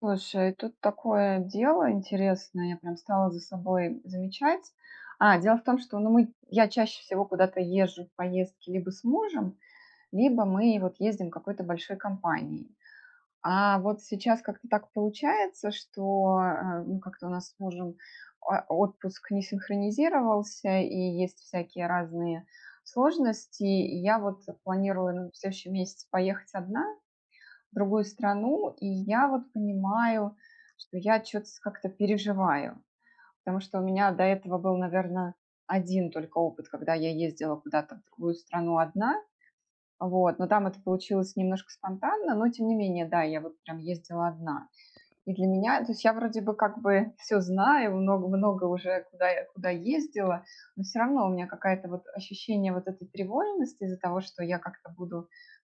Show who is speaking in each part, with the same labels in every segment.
Speaker 1: Слушай, тут такое дело интересное, я прям стала за собой замечать. А, дело в том, что, ну, я чаще всего куда-то езжу в поездки либо с мужем, либо мы вот ездим какой-то большой компанией. А вот сейчас как-то так получается, что ну, как-то у нас с мужем отпуск не синхронизировался, и есть всякие разные сложности. И я вот планирую, ну, в следующем месяце поехать одна, другую страну, и я вот понимаю, что я что то как-то переживаю. Потому что у меня до этого был, наверное, один только опыт, когда я ездила куда-то в другую страну одна. Вот, но там это получилось немножко спонтанно, но тем не менее, да, я вот прям ездила одна. И для меня, то есть я вроде бы как бы все знаю, много много уже куда ездила, но все равно у меня какое то вот ощущение вот этой тревожности из-за того, что я как-то буду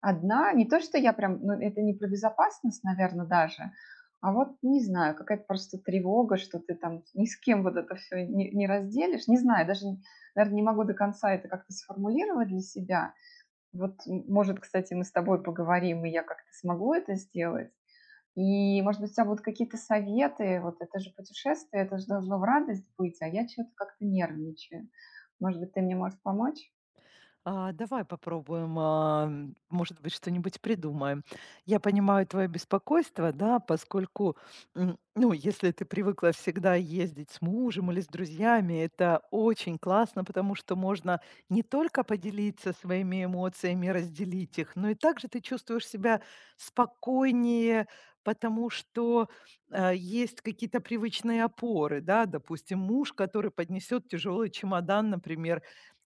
Speaker 1: одна, не то, что я прям, ну, это не про безопасность, наверное, даже, а вот не знаю, какая-то просто тревога, что ты там ни с кем вот это все не разделишь. Не знаю, даже, наверное, не могу до конца это как-то сформулировать для себя. Вот, может, кстати, мы с тобой поговорим, и я как-то смогу это сделать. И, может быть, у тебя будут какие-то советы. Вот это же путешествие, это же должно в радость быть, а я что-то как-то нервничаю. Может быть, ты мне можешь помочь?
Speaker 2: Давай попробуем, может быть, что-нибудь придумаем. Я понимаю твое беспокойство, да, поскольку, ну, если ты привыкла всегда ездить с мужем или с друзьями, это очень классно, потому что можно не только поделиться своими эмоциями, разделить их, но и также ты чувствуешь себя спокойнее, потому что есть какие-то привычные опоры, да, допустим, муж, который поднесет тяжелый чемодан, например,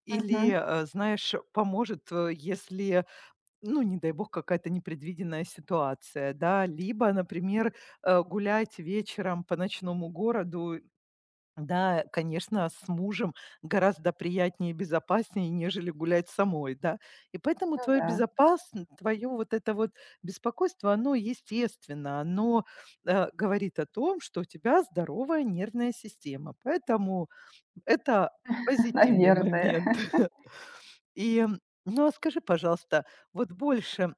Speaker 2: или,
Speaker 1: Мгм.
Speaker 2: знаешь, поможет, если, ну, не дай бог, какая-то непредвиденная ситуация, да. Либо, например, гулять вечером по ночному городу. Да, конечно, с мужем гораздо приятнее и безопаснее, нежели гулять самой, да. И поэтому
Speaker 1: Ну
Speaker 2: твое
Speaker 1: да.
Speaker 2: безопасн твоё вот это вот беспокойство, оно естественно, оно, говорит о том, что у тебя здоровая нервная система. Поэтому это позитивный
Speaker 1: Наверное.
Speaker 2: момент. И, ну, скажи, пожалуйста, вот больше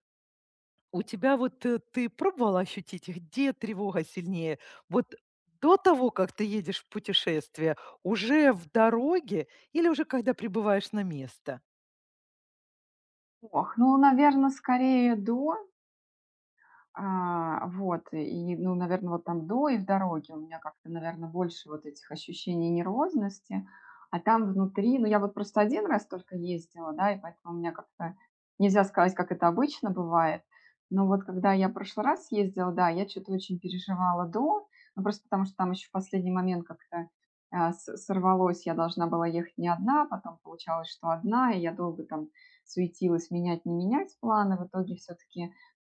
Speaker 2: у тебя ты пробовала ощутить, где тревога сильнее? Вот до того, как ты едешь в путешествие, уже в дороге или уже когда прибываешь на место?
Speaker 1: Ох, ну, наверное, скорее до. А, вот, и, ну, наверное, вот там до и в дороге у меня как-то, наверное, больше вот этих ощущений нервозности, а там внутри, ну, я вот просто один раз только ездила, да, и поэтому у меня как-то нельзя сказать, как это обычно бывает. Но вот когда я в прошлый раз ездила, да, я что то очень переживала до, ну, просто потому что там еще в последний момент как-то, с сорвалось. Я должна была ехать не одна, потом получалось, что одна, и я долго там суетилась менять, не менять планы. В итоге все-таки,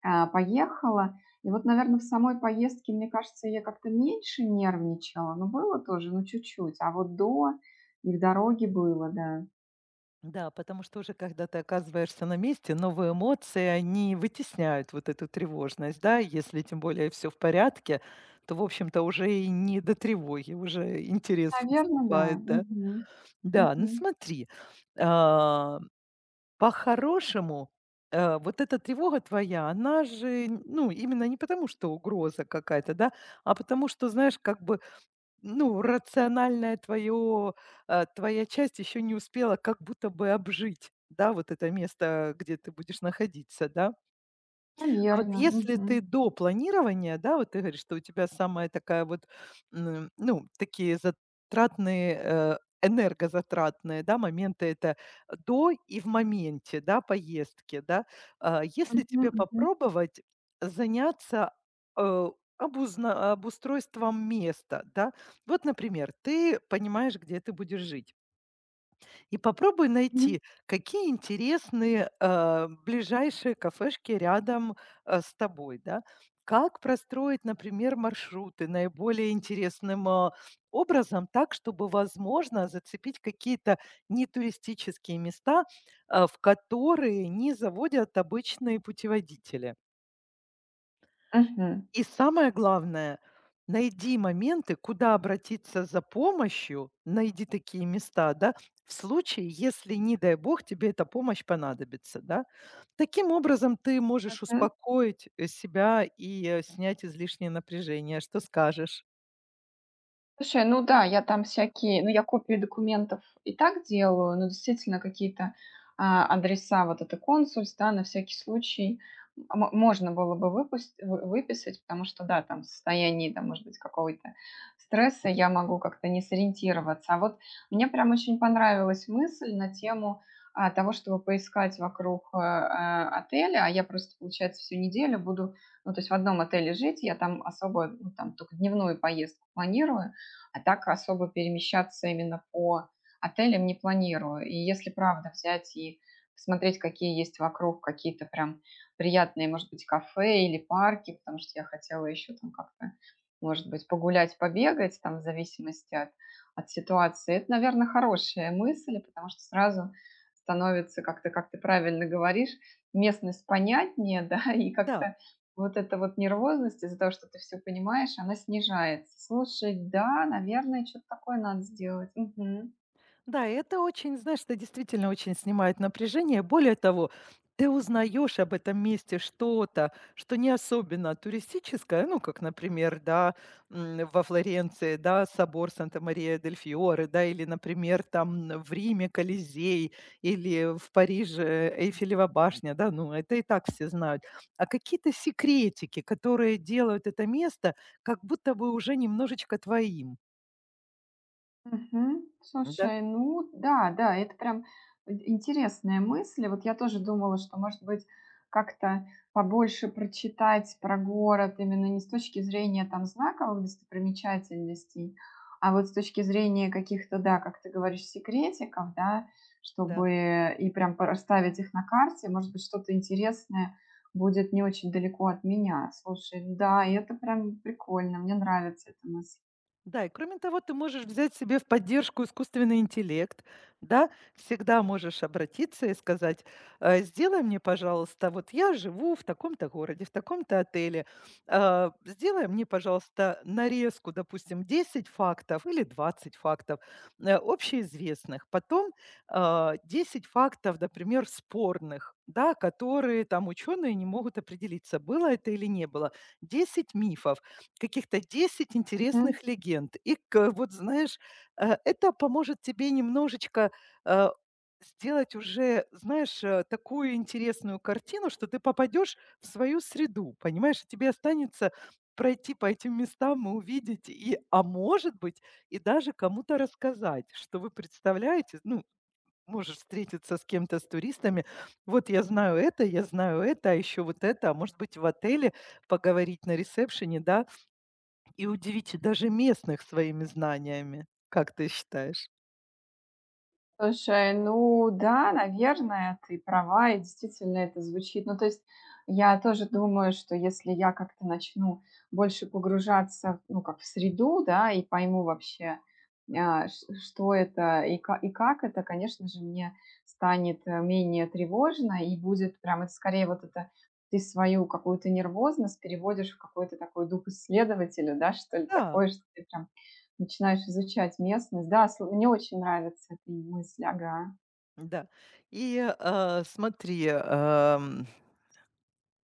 Speaker 1: поехала. И вот, наверное, в самой поездке, мне кажется, я как-то меньше нервничала. Ну, было тоже, ну, чуть-чуть. А вот до и в дороге было, да.
Speaker 2: Да, потому что уже когда ты оказываешься на месте, новые эмоции, они вытесняют вот эту тревожность, да. Если тем более все в порядке, то, в общем-то, уже и не до тревоги, уже интерес
Speaker 1: Наверное, да.
Speaker 2: выступает, да.
Speaker 1: Мгм.
Speaker 2: Да, ну
Speaker 1: Мгм.
Speaker 2: смотри, а по-хорошему, вот эта тревога твоя, она же, ну, именно не потому, что угроза какая-то, да, а потому что, знаешь, как бы, ну, рациональная твоя часть еще не успела как будто бы обжить, да, вот это место, где ты будешь находиться, да. А вот
Speaker 1: Наверно.
Speaker 2: если
Speaker 1: Мгм.
Speaker 2: ты до планирования, да, вот ты говоришь, что у тебя самая такая ну, такие затратные, энергозатратные, да, моменты — это до и в моменте, да, поездки, да. А, если
Speaker 1: Мгм, мгм,
Speaker 2: тебе
Speaker 1: мгм.
Speaker 2: попробовать заняться, э, обузна обустройством места, да. Вот, например, ты понимаешь, где ты будешь жить. И попробуй
Speaker 1: Мгм.
Speaker 2: найти, какие интересные, ближайшие кафешки рядом, с тобой, да. Как простроить, например, маршруты наиболее интересным, образом так, чтобы, возможно, зацепить какие-то нетуристические места, в которые не заводят обычные путеводители? И самое главное, найди моменты, куда обратиться за помощью, найди такие места, да, в случае, если, не дай бог, тебе эта помощь понадобится, да. Таким образом, ты можешь
Speaker 1: Мгм.
Speaker 2: успокоить, себя и, снять излишнее напряжение. Что скажешь?
Speaker 1: Слушай, ну да, я там всякие, ну, я копии документов и так делаю, но действительно какие-то адреса, вот это консульств, да, на всякий случай можно было бы выписать, потому что, да, там в состоянии, там, может быть, какого-то стресса я могу как-то не сориентироваться. А вот мне прям очень понравилась мысль на тему того, чтобы поискать вокруг отеля, а я просто, получается, всю неделю буду, ну, то есть в одном отеле жить, я там особо, ну, там только дневную поездку планирую, а так особо перемещаться именно по отелям не планирую. И если правда взять и посмотреть, какие есть вокруг какие-то прям приятные, может быть, кафе или парки, потому что я хотела еще там как-то, может быть, погулять, побегать, там, в зависимости от, от ситуации. Это, наверное, хорошая мысль, потому что сразу становится, как то как ты правильно говоришь, местность понятнее, да, и
Speaker 2: Да.
Speaker 1: как-то вот эта вот нервозность из-за того, что ты все понимаешь, она снижается. Слушай, да, наверное, что то такое надо сделать. Мгм.
Speaker 2: Да, и это очень, знаешь, это действительно очень снимает напряжение. Более того, ты узнаешь об этом месте что-то, что не особенно туристическое, ну, как, например, да, во Флоренции, да, собор Санта-Мария-дель-Фьоре, да, или, например, там в Риме Колизей, или в Париже Эйфелева башня, да, ну, это и так все знают. А какие-то секретики, которые делают это место как будто бы уже немножечко твоим,
Speaker 1: Мгм.
Speaker 2: да?
Speaker 1: Слушай, ну да, да, это прям интересная мысль. Вот я тоже думала, что, может быть, как-то побольше прочитать про город именно не с точки зрения там знаковых достопримечательностей, а вот с точки зрения каких-то, да, как ты говоришь, секретиков, да,
Speaker 2: Да.
Speaker 1: чтобы и прям расставить их на карте, может быть, что-то интересное будет не очень далеко от меня. Слушай, ну да, и это прям прикольно, мне нравится эта мысль.
Speaker 2: Да, и кроме того, ты можешь взять себе в поддержку искусственный интеллект, да, всегда можешь обратиться и сказать, сделай мне, пожалуйста, вот я живу в таком-то городе, в таком-то отеле, сделай мне, пожалуйста, нарезку, допустим, 10 фактов или 20 фактов общеизвестных, потом 10 фактов, например, спорных, да, которые там ученые не могут определиться, было это или не было, 10 мифов, каких-то 10 интересных легенд. И к вот знаешь, это поможет тебе немножечко, э, сделать уже, знаешь, такую интересную картину, что ты попадешь в свою среду, понимаешь? И тебе останется пройти по этим местам и увидеть, и, а может быть, и даже кому-то рассказать, что вы представляете. Ну, можешь встретиться с кем-то, с туристами. Вот я знаю это, а еще вот это, а может быть, в отеле поговорить на ресепшене, да, и удивите даже местных своими знаниями. Как ты считаешь?
Speaker 1: Слушай, ну да, наверное, ты права, и действительно это звучит. Ну, то есть я тоже думаю, что если я как-то начну больше погружаться, ну, как в среду, да, и пойму вообще, что это и как это, конечно же, мне станет менее тревожно, и будет прям это скорее вот это ты свою какую-то нервозность переводишь в какой-то такой дух исследователя, да, что ли,
Speaker 2: Да,
Speaker 1: такое, что ты прям начинаешь изучать местность. Да, сл мне очень нравится эта мысль, ага.
Speaker 2: да. И, смотри,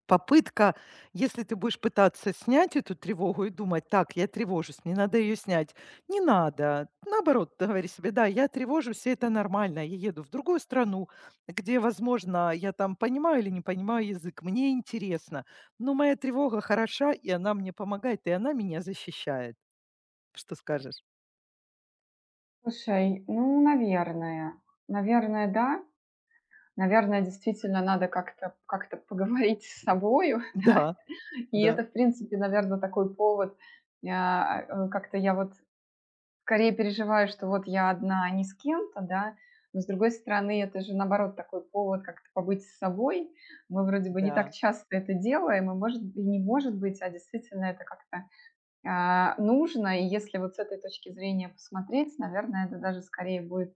Speaker 2: попытка, если ты будешь пытаться снять эту тревогу и думать: «Так, я тревожусь, мне надо ее снять». Не надо. Наоборот, ты говори себе: «Да, я тревожусь, и это нормально. Я еду в другую страну, где, возможно, я там понимаю или не понимаю язык, мне интересно, но моя тревога хороша, и она мне помогает, и она меня защищает». Что скажешь?
Speaker 1: Слушай, ну, наверное. Наверное, да. Наверное, действительно надо как-то поговорить с собою, да.
Speaker 2: Да,
Speaker 1: И
Speaker 2: да,
Speaker 1: это, в принципе, наверное, такой повод. Как-то я вот скорее переживаю, что вот я одна, а не с кем-то, да. Но, с другой стороны, это же, наоборот, такой повод как-то побыть с собой. Мы вроде бы не так
Speaker 2: да,
Speaker 1: часто это делаем, и, может, и не может быть, а действительно это как-то нужно. И если вот с этой точки зрения посмотреть, наверное, это даже скорее будет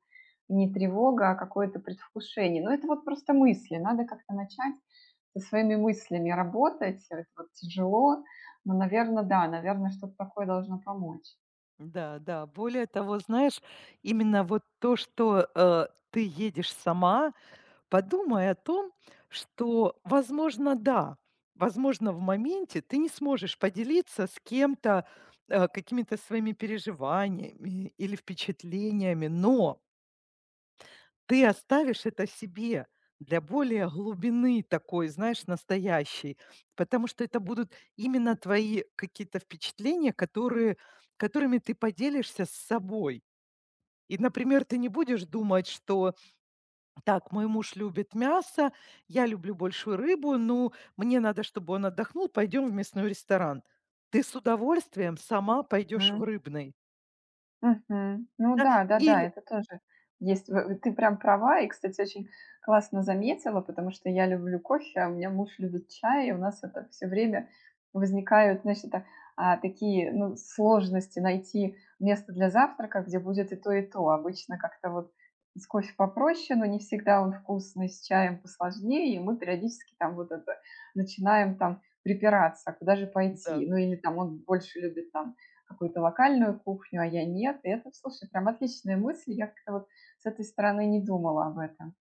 Speaker 1: не тревога, а какое-то предвкушение. Но это вот просто мысли. Надо как-то начать со своими мыслями работать. Это вот тяжело, но, наверное, да, наверное, что-то такое должно помочь.
Speaker 2: да, да. Более того, знаешь, именно вот то, что, ты едешь сама, подумай о том, что, возможно, да, возможно, в моменте ты не сможешь поделиться с кем-то, какими-то своими переживаниями или впечатлениями, но ты оставишь это себе для более глубины такой, знаешь, настоящей, потому что это будут именно твои какие-то впечатления, которые, которыми ты поделишься с собой. И, например, ты не будешь думать, что так, мой муж любит мясо, я люблю большую рыбу, ну, мне надо, чтобы он отдохнул, пойдем в мясной ресторан. Ты с удовольствием сама пойдешь в
Speaker 1: М.
Speaker 2: рыбный.
Speaker 1: Мгм. Ну
Speaker 2: Да?
Speaker 1: да, да-да,
Speaker 2: Или,
Speaker 1: это тоже есть. В ты прям права. И, кстати, очень классно заметила, потому что я люблю кофе, а у меня муж любит чай, и у нас это все время возникают, знаешь, это, такие, ну, сложности найти место для завтрака, где будет и то, и то. Обычно как-то вот с кофе попроще, но не всегда он вкусный, с чаем посложнее, и мы периодически там вот это начинаем там припираться, а куда же пойти.
Speaker 2: да.
Speaker 1: Ну или там он больше любит там какую-то локальную кухню, а я нет. И это, слушай, прям отличная мысль. Я как-то вот с этой стороны не думала об этом.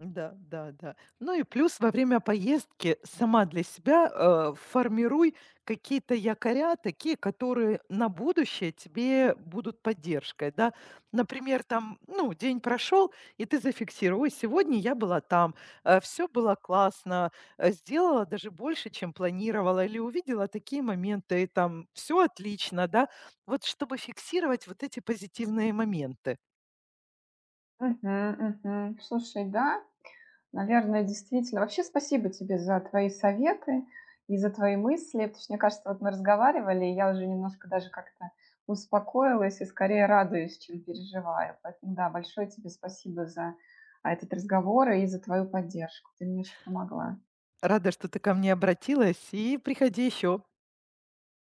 Speaker 2: Да, да, да. Ну и плюс во время поездки сама для себя, формируй какие-то якоря, такие, которые на будущее тебе будут поддержкой, да. Например, там, ну, день прошел, и ты зафиксировал: «Ой, сегодня я была там, все было классно, сделала даже больше, чем планировала, или увидела такие моменты, и там все отлично», да. Вот чтобы фиксировать вот эти позитивные моменты.
Speaker 1: Мгм, мгм. Слушай, да, наверное, действительно. Вообще спасибо тебе за твои советы и за твои мысли, потому что, мне кажется, вот мы разговаривали, и я уже немножко даже как-то успокоилась и скорее радуюсь, чем переживаю. Поэтому, да, большое тебе спасибо за этот разговор и за твою поддержку. Ты мне очень помогла.
Speaker 2: Рада, что ты ко мне обратилась, и приходи еще.